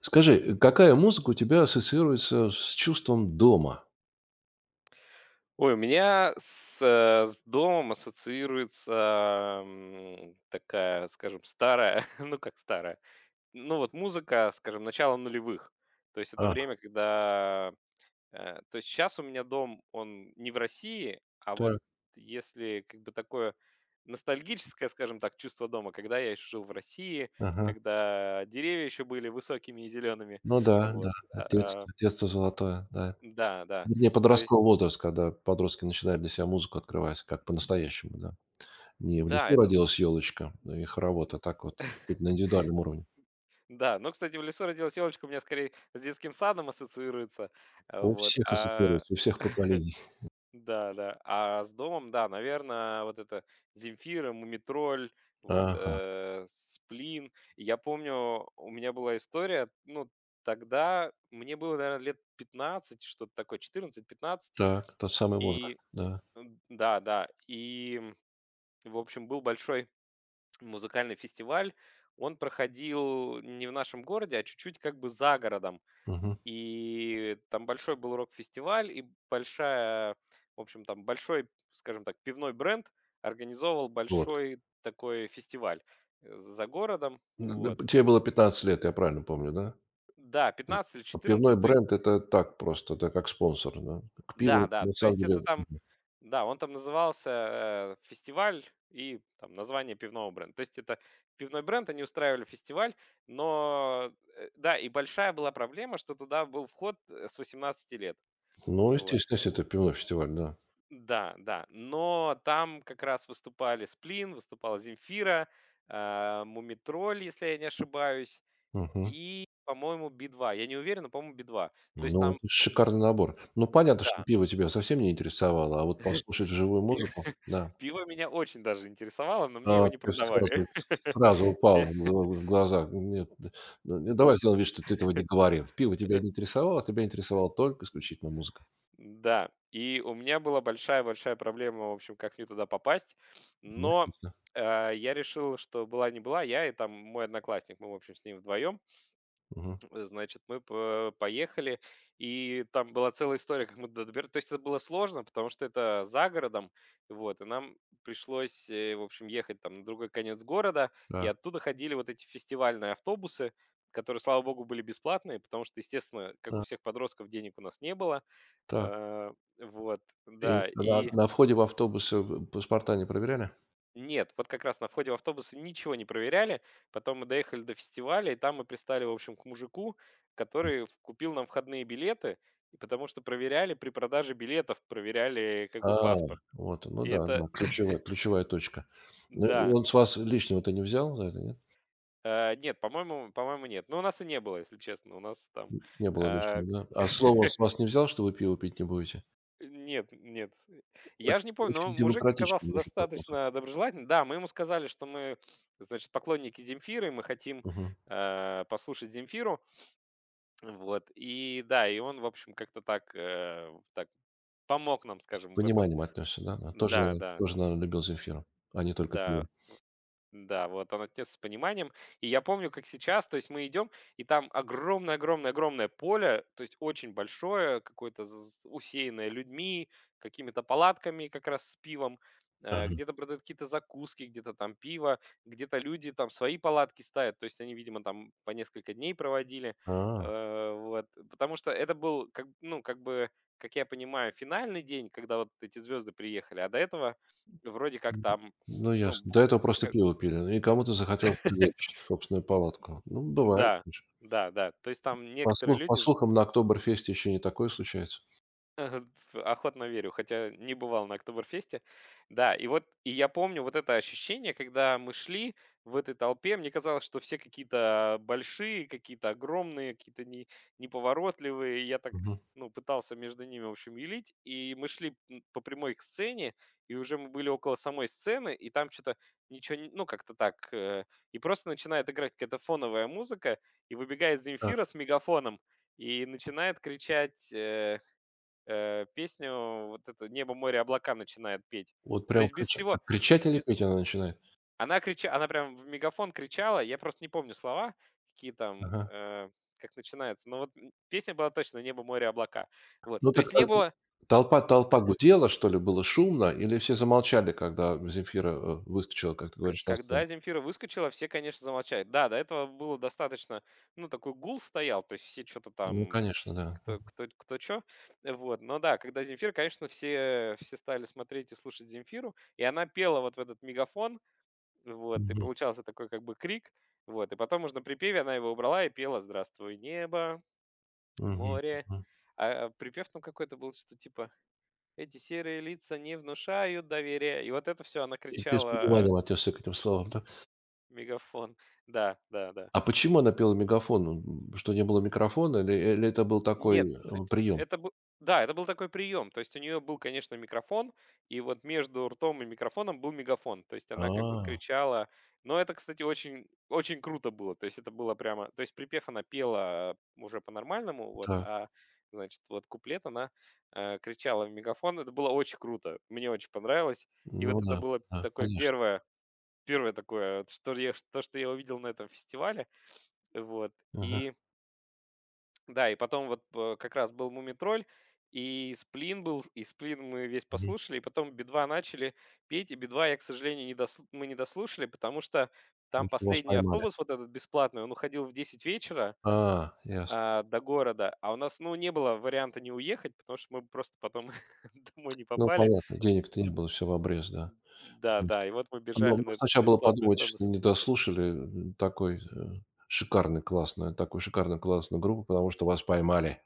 Скажи, какая музыка у тебя ассоциируется с чувством дома? Ой, у меня с домом ассоциируется такая, скажем, старая, ну как старая, ну вот музыка, скажем, начала нулевых. То есть это А, время, когда. То есть сейчас у меня дом, он не в России, а вот так, если как бы такое ностальгическое, скажем так, чувство дома, когда я еще жил в России, ага. когда деревья еще были высокими и зелеными, Ну да, да, вот, а, детство, детство золотое, да. да, да, Вернее, то есть, подростковый возраст, когда подростки начинают для себя музыку открывать, как по-настоящему, да. Не в да, лесу это. родилась елочка, да, и хоровод, а так вот на индивидуальном уровне. Да, ну, кстати, в лесу родилась елочка у меня скорее с детским садом ассоциируется. У Вот, всех а, ассоциируется, у всех поколений. да-да. А с домом, да, наверное, вот это Земфира, Мумитроль, вот, Ага, Сплин. Я помню, у меня была история, ну, тогда мне было, наверное, лет 15, что-то такое, четырнадцать-пятнадцать. так, тот самый И, возраст, да. Да-да. В общем, был большой музыкальный фестиваль. Он проходил не в нашем городе, а чуть-чуть как бы за городом. Мгм. И там большой был рок-фестиваль, и большая, в общем, там большой, скажем так, пивной бренд организовывал Вот. большой такой фестиваль за городом, вот. Тебе было 15 лет, я правильно помню, да? Да, 15 или А пивной 14, то есть, бренд- это так просто, да, как спонсор, да. К пиву, да-да, на то самом есть это деле. там, да, он там назывался фестиваль и там название пивного бренда. То есть это пивной бренд, они устраивали фестиваль, но, да, и большая была проблема, что туда был вход с восемнадцати лет, Ну, вот. естественно, если это пивной фестиваль, да. Да, да. Но там как раз выступали Сплин, выступала Земфира, Мумитроль, если я не ошибаюсь, Мгм. и, по-моему, Би-2. Я не уверен, но, по-моему, Би-2. То есть Ну, там, это шикарный набор. Ну, понятно, что да, пиво тебя совсем не интересовало, а вот послушать живую пи- музыку, да. пиво меня очень даже интересовало, но мне его А, не ты продавали. Сразу Я- упал в гл в глаза. Нет, д ну, давай Да. сделаем вид, что ты этого не говорил. Пиво э, тебя не интересовало, а тебя интересовала только исключительно музыка. Да. И у меня была большая-большая проблема, в общем, как мне туда попасть. Ну, Но естественно. Я решил, что была не была, я и там мой одноклассник, мы, в общем, с ним вдвоем. Мгм. Значит, мы по поехали, и там была целая история, как мы туда добира то есть это было сложно, потому что это за городом, вот, и нам пришлось, в общем, ехать там на другой конец города, и Так, оттуда ходили вот эти фестивальные автобусы, которые, слава богу, были бесплатные, потому что, естественно, как у а, всех подростков, денег у нас не было. так. Э, вот, И да, и. на входе в автобус, паспорта не проверяли? Нет, вот как раз на входе в автобус ничего не проверяли. Потом мы доехали до фестиваля, и там мы пристали, в общем, к мужику, который купил нам входные билеты, и потому что проверяли при продаже билетов, проверяли как бы А, паспорт. вот, ну И да, это, да, ключевая ключевая точка. Ну, и да. он с вас лишнего-то не взял за это, нет? Нет, по-моему, нет. Но у нас и не было, если честно. У нас там. Н не было э, лишнего, к- да? А слово он с вас не взял, что вы пиво пить не будете? Нет, нет. Оч Я же не помню, но очень мужик демократичный оказался мужик попался. достаточно доброжелательным. Да, мы ему сказали, что мы, значит, поклонники Земфиры, мы хотим Мгм. Послушать Земфиру. Вот, и да, и он, в общем, как-то так помог нам, С скажем, в этом. пониманием отнесся, да? А тоже, Да, да, наверное, любил «Земфиру», а не только да. пиво. Да, вот он отец с пониманием. И я помню, как сейчас, то есть мы идем, и там огромное-огромное-огромное поле, то есть очень большое, какое-то усеянное людьми, какими-то палатками как раз с пивом. Ага. Где-то продают какие-то закуски, где-то там пиво, где-то люди там свои палатки ставят, то есть они, видимо, там по несколько дней проводили. А, Вот, потому что это был, как, ну, как бы, как я понимаю, финальный день, когда вот эти звезды приехали, а до этого вроде как мгм. там, Ну, ну, ясно. До этого просто пиво пили, и кому-то захотелось привлечь собственную М, палатку. Ну, бывает, да, слушай. да-да. То есть там По некоторые слух по люди ж. слухам, на Октоберфесте еще не такое случается. Ага, с охотно верю, хотя не бывал на «Октоберфесте». Да, и вот я помню вот это ощущение, когда мы шли в этой толпе. Мне казалось, что все какие-то большие, какие-то огромные, какие-то не неповоротливые. И я так, Мгм. ну, пытался между ними, в общем, елить. И мы шли, по прямой к сцене, и уже мы были около самой сцены, и там что то ничего не ну, как-то так. И просто начинает играть какая-то фоновая музыка, и выбегает Земфира с мегафоном и начинает кричать, песню вот эту «Небо, море, облака» начинает петь. Вот То прям есть без всего, кричать или без петь она начинает? она прям в мегафон кричала, я просто не помню слова, какие там, Ага. Как начинается, но вот, песня была точно «Небо, море, облака». Вот, Ну то так, есть а не было. Толпа Ага. гудела, что ли, было шумно, или все замолчали, когда Земфира, выскочила, как ты К говоришь, на когда сцену? Земфира выскочила, все, конечно, замолчали. Да, до этого было достаточно, ну, такой гул стоял, то есть все что то Ну, там, конечно, да. А. кто что. Вот, но да, когда Земфира, конечно, все стали смотреть и слушать Земфиру, и она пела вот в этот мегафон. Вот, и Мгм, получался такой как бы крик. Вот, и потом уже на припеве она его убрала и пела «Здравствуй, небо, мгм, море». мгм. А припев там какой-то был, что типа «Эти серые лица не внушают доверия». И вот это все она И ты с кричала пониманием отнесся к этим словам, да? в мегафон. Да, да, да. А почему она пела в мегафон? Что, не было микрофона или это был такой, Нет, эт прием? это был, да, это был такой прием. То есть у нее был, конечно, микрофон, и вот между ртом и микрофоном был мегафон. То есть она как бы А, кричала. Но это, кстати, очень очень круто было. То есть это было прямо то есть припев она пела уже по-нормальному, вот, так, а, значит, вот куплет она, кричала в мегафон. Это было очень круто. Мне очень понравилось. И вот ну это да, было да, такое конечно. первое такое, вот что я то, что я увидел на этом фестивале. Вот, Ага, и да, и потом вот п как раз был «Мумий и «Сплин» был, и «Сплин» мы весь мгм. послушали, и потом «Би-2» начали петь, и «Би-2» я, к сожалению, не дос мы не дослушали, потому что там Потому что вас последний поймали. автобус вот этот бесплатный, он уходил в 10 вечера, А, ясно. а, до города, а у нас, ну, не было варианта не уехать, потому что мы просто потом домой не Ну, попали. понятно, денег-то не было, все в обрез, да. Да, да, и вот мы Ну, бежали на можно этот сначала было бесплатный подумать, что автобус. не дослушали, такой, шикарный, классную такую шикарную, классную группу, потому что вас поймали.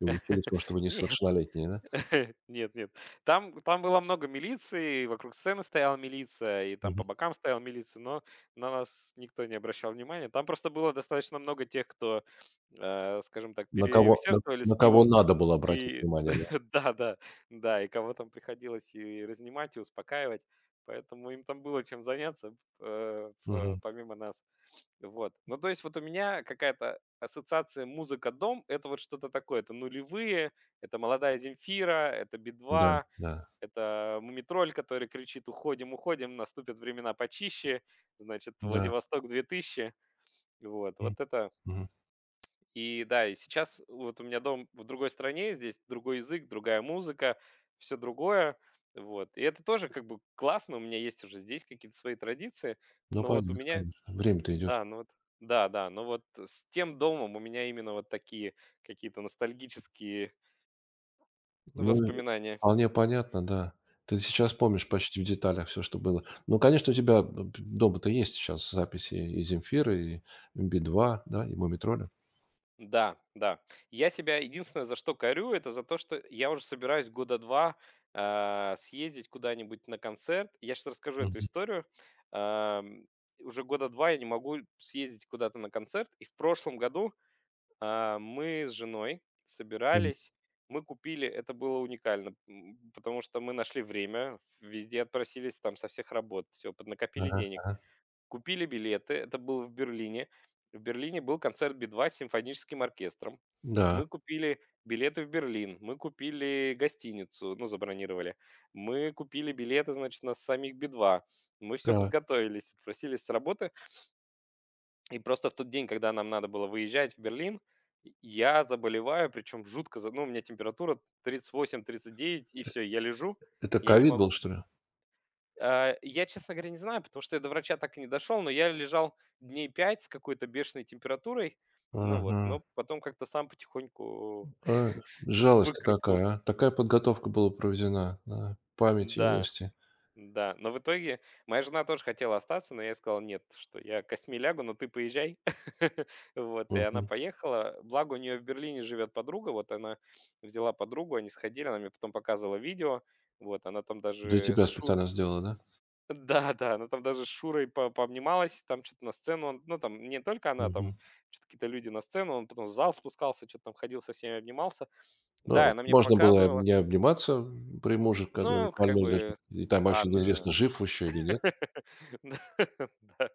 И уличили в том, что вы Нет. несовершеннолетние, да? Нет, нет. Там было много милиции, вокруг сцены стояла милиция, и там Мгм. по бокам стояла милиция, но на нас никто не обращал внимания. Там просто было достаточно много тех, кто, скажем так, На кого на переусердствовали с на кого пивом. надо было обратить И внимание, да? да, да, да, и кого там приходилось и разнимать, и успокаивать. Поэтому им там было чем заняться, Мгм. помимо нас. Вот. Ну, то есть вот у меня какая-то ассоциация музыка дом, это вот что-то такое. Это нулевые, это молодая Земфира, это Да, Би-2, да, это Мумитроль, который кричит «Уходим, уходим, наступят времена почище», значит, да. Владивосток 2000. Вот, М, вот это. мгм. И да, и сейчас вот у меня дом в другой стране, здесь другой язык, другая музыка, все другое. Вот. И это тоже как бы классно, у меня есть уже здесь какие-то свои традиции, Ну, но вот у понятно, меня конечно. Время-то идет. да, ну вот, да-да, но вот с тем домом у меня именно вот такие какие-то ностальгические Ну, и воспоминания. вполне понятно, да. Ты сейчас помнишь Да. почти в деталях все, что было. Ну, конечно, у тебя б дома-то есть сейчас записи и «Земфиры», и би два, да, и «Мумий». Да, да. Я себя единственное за что корю, это за то, что я уже собираюсь года 2 съездить куда-нибудь на концерт. Я сейчас расскажу эту Мгм. историю. Ам, уже года 2 я не могу съездить куда-то на концерт, и в прошлом году мы с женой Да. собирались, мы купили, это было уникально, потому что мы нашли время, везде отпросились там со всех работ, все, поднакопили Ага. денег. Купили билеты, это было в Берлине. В Берлине был концерт Би-2 с симфоническим оркестром. Да, Мы купили билеты в Берлин, мы купили гостиницу, ну, забронировали. Мы купили билеты, значит, на самих Би-2. Мы все да. подготовились, отпросились с работы, и просто в тот день, когда нам надо было выезжать в Берлин, я заболеваю, причем жутко, ну, у меня температура 38-39, и все, я лежу, Это я не ковид могу. был, что ли? Я, честно говоря, не знаю, потому что я до врача так и не дошел, но я лежал дней 5 с какой-то бешеной температурой, ну вот, Ага. но потом как-то сам потихоньку А, жалость-то какая, выкарабкался. а? Такая подготовка была проведена, да, память Да. юности. Да, но в итоге моя жена тоже хотела остаться, но я ей сказал, нет, что я костьми лягу, но ты поезжай. Вот, и она Мгм. поехала. Благо, у нее в Берлине живет подруга, вот она взяла подругу, они сходили, она мне потом показывала видео, вот, она там Для даже тебя специально сделала, да? Да, да, она там даже с Шурой пообнималась, там что-то на сцену, ну, там не только она, там Мгм. что-то какие-то люди на сцену, он потом в зал спускался, что-то там ходил со всеми, обнимался. Да, Ну, она мне можно было показывала, не обниматься при муже, когда ну, как больной лежит, бы, и там вообще ладно. неизвестно, жив еще или нет. Да, да.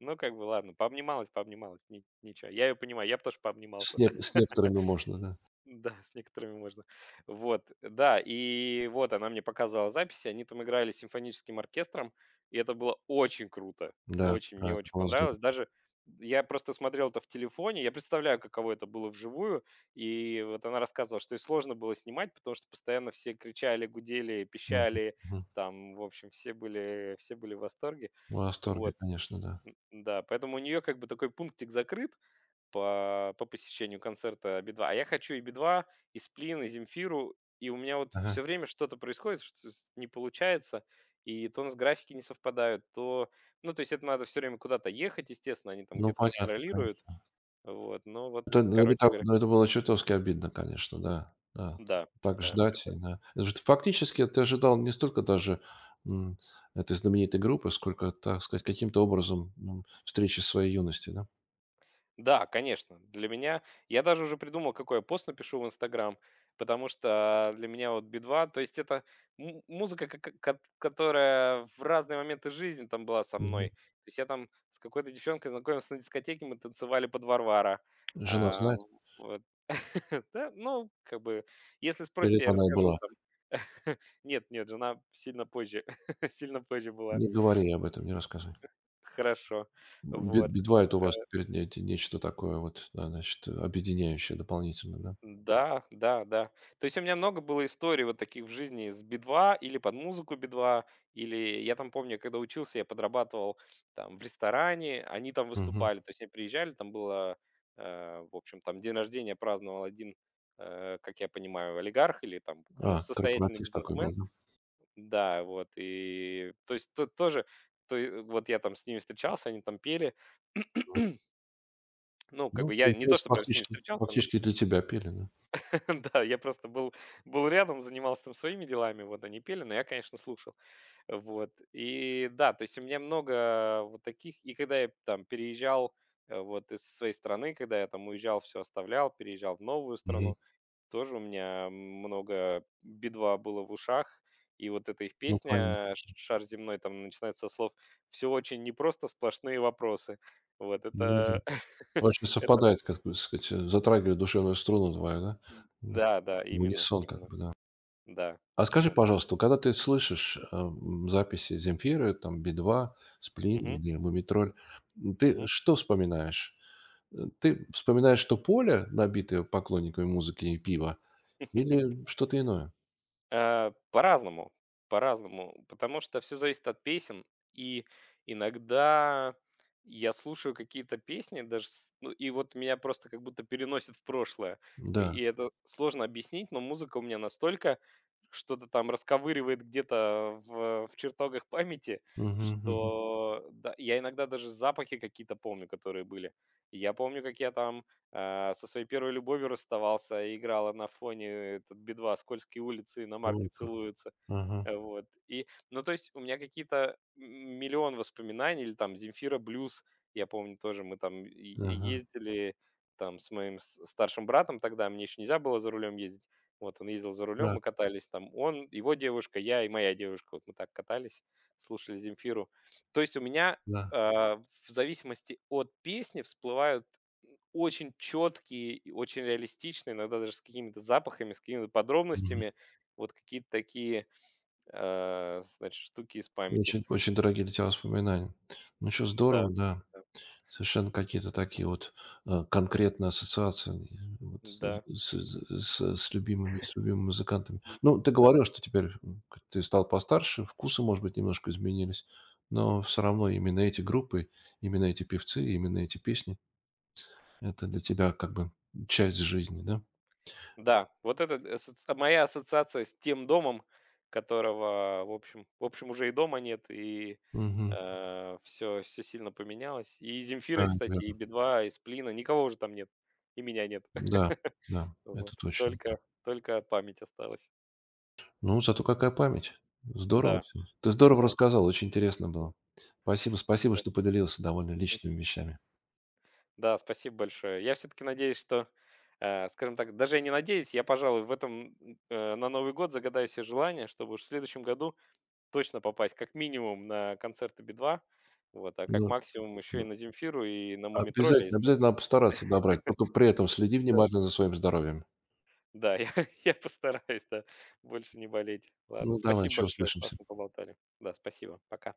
Ну, как бы, ладно, пообнималась, пообнималась, ни ничего. Я её понимаю, я б тоже С пообнимался. не с некоторыми можно, да. Да, с некоторыми можно. Вот, да, и вот она мне показала записи, они там играли с симфоническим оркестром, и это было очень круто, Да, очень, мне да, это очень было понравилось. здорово. Даже я просто смотрел это в телефоне, я представляю, каково это было вживую, и вот она рассказывала, что и сложно было снимать, потому что постоянно все кричали, гудели, Мгм, пищали, мгм. там, в общем, все были в восторге. В восторге, Вот, конечно, да. Да, поэтому у нее как бы такой пунктик закрыт, по посещению концерта Би-2. А я хочу и Би-2, и Сплин, и Земфиру, и у меня вот Ага. все время что-то происходит, что не получается, и то у нас графики не совпадают, то. Ну, то есть это надо все время куда-то ехать, естественно, они там Ну, где-то понятно. гастролируют, вот, но вот, Это, ну, это короче так, говоря, ну, это было чертовски обидно, конечно, да, да. да, Так да, ждать, и да. Это же фактически ты ожидал не столько даже, м, этой знаменитой группы, сколько, так сказать, каким-то образом, встречи своей юности, да? да, конечно. Для меня я даже уже придумал, какой я пост напишу в "Инстаграм", потому что для меня вот "Би-2", то есть это му музыка, ка ка ка которая в разные моменты жизни там была со мной. Мгм. То есть я там с какой-то девчонкой знакомился на дискотеке, мы танцевали под "Варвара". Жена А, знает? вот. Да, ну, как бы, если Или спросите, я она и расскажу была? там. Нет, нет, жена сильно позже, сильно позже была. Не говори об этом, не рассказывай. Хорошо. М, би Вот. би два- это у вас теперь не те нечто такое вот, да, значит, объединяющее дополнительно, да? Да, да, да. То есть у меня много было историй вот таких в жизни с Би-2 или под музыку Би-2, или я там помню, когда учился, я подрабатывал там в ресторане, они там Мгм. выступали, то есть они приезжали, там было, в общем, там день рождения праздновал один, как я понимаю, олигарх или там, ну, А, состоятельный корпоратив такой был, бизнесмен, да? да, вот, и то есть тут тоже, то, вот я там с ними встречался, они там пели, Мгм. ну, как Ну, бы я не то, получается, что прям с ними встречался. фактически для тебя пели, да? Да, я просто был, был рядом, занимался там своими делами, вот они пели, но я, конечно, слушал. Вот. И да, то есть у меня много вот таких, и когда я там переезжал, вот из своей страны, когда я там уезжал, все оставлял, переезжал в новую Мгм. страну, тоже у меня много бедва было в ушах, и вот эта их Ну, понятно. песня «Шар земной» там начинается со слов «Все очень непросто, сплошные вопросы». Вот Да-да. это... Очень это... совпадает, как бы сказать, затрагивает душевную струну твою, да? Да. Да, да, В именно, унисон как именно, бы, да. да. А скажи, Вот. пожалуйста, вот когда ты слышишь, записи «Земфиры», там, «Би-2», «Сплин» или мумий, ты Мгм. что вспоминаешь? Ты вспоминаешь, что поле, набитое поклонниками музыки и пива, или что-то иное? По-разному, по-разному, потому что все зависит от песен. И иногда я слушаю какие-то песни даже с ну, и вот меня просто как будто переносит в прошлое. И Да. и это сложно объяснить, но музыка у меня настолько что-то там расковыривает где-то в чертогах памяти, Мгм, мгм. что да, я иногда даже запахи какие-то помню, которые были. Я помню, как я там А, со своей первой любовью расставался, и играла на фоне этот "Би-2" "Скользкие улицы", и на "Иномарки Вот как. целуются". Ага, Вот. И, ну, то есть у меня какие-то миллион воспоминаний. Или там "Земфира Блюз". Я помню тоже, мы там е ага. ездили там с моим с старшим братом тогда, мне еще нельзя было за рулем ездить. Вот он ездил за рулем, Да, мы катались там: он, его девушка, я и моя девушка. Вот мы так катались, слушали "Земфиру". То есть у меня, да. а, в зависимости от песни всплывают очень четкие и очень реалистичные, иногда даже с какими-то запахами, с какими-то Мгм. подробностями. Вот какие-то такие, значит, штуки из памяти. Очень очень дорогие для тебя воспоминания. Ну, что, Да, здорово, да. да, Совершенно какие-то такие вот, конкретные ассоциации, вот да, с любимыми музыкантами. м, Ну, ты да, говорил, что теперь, м, к ты стал постарше, вкусы, может быть, немножко изменились, но все равно именно эти группы, именно эти певцы, именно эти песни- это для тебя как бы часть жизни, да? да. Вот это д Моя ассоциация с тем домом, которого, в общем, уже и дома нет, и, Мгм. все, все сильно поменялось. И "Земфиры", Да, кстати, и верно. "Би-2", и "Сплина", никого уже там нет, и меня нет. Да, да, Вот, это точно, да. только память осталась. Ну, зато какая память. Здорово Да, всё. Ты здорово да. рассказал, очень интересно было. Спасибо, что поделился довольно личными вещами. Да, спасибо большое. Я все-таки надеюсь, что, скажем так, даже я не надеюсь, я, пожалуй, в этом на Новый год загадаю все желания, чтобы уж в следующем году точно попасть как минимум на концерты Би-2, вот, а как Ну максимум еще и да. на Земфиру и на Мумитроля, Обязательно если... обязательно надо постараться добрать, но только при этом следи Да, внимательно за своим здоровьем. да, я, я постараюсь, да, больше не болеть. Ладно, Ну, давай, спасибо еще большое, услышимся. классно поболтали. Да, спасибо, пока.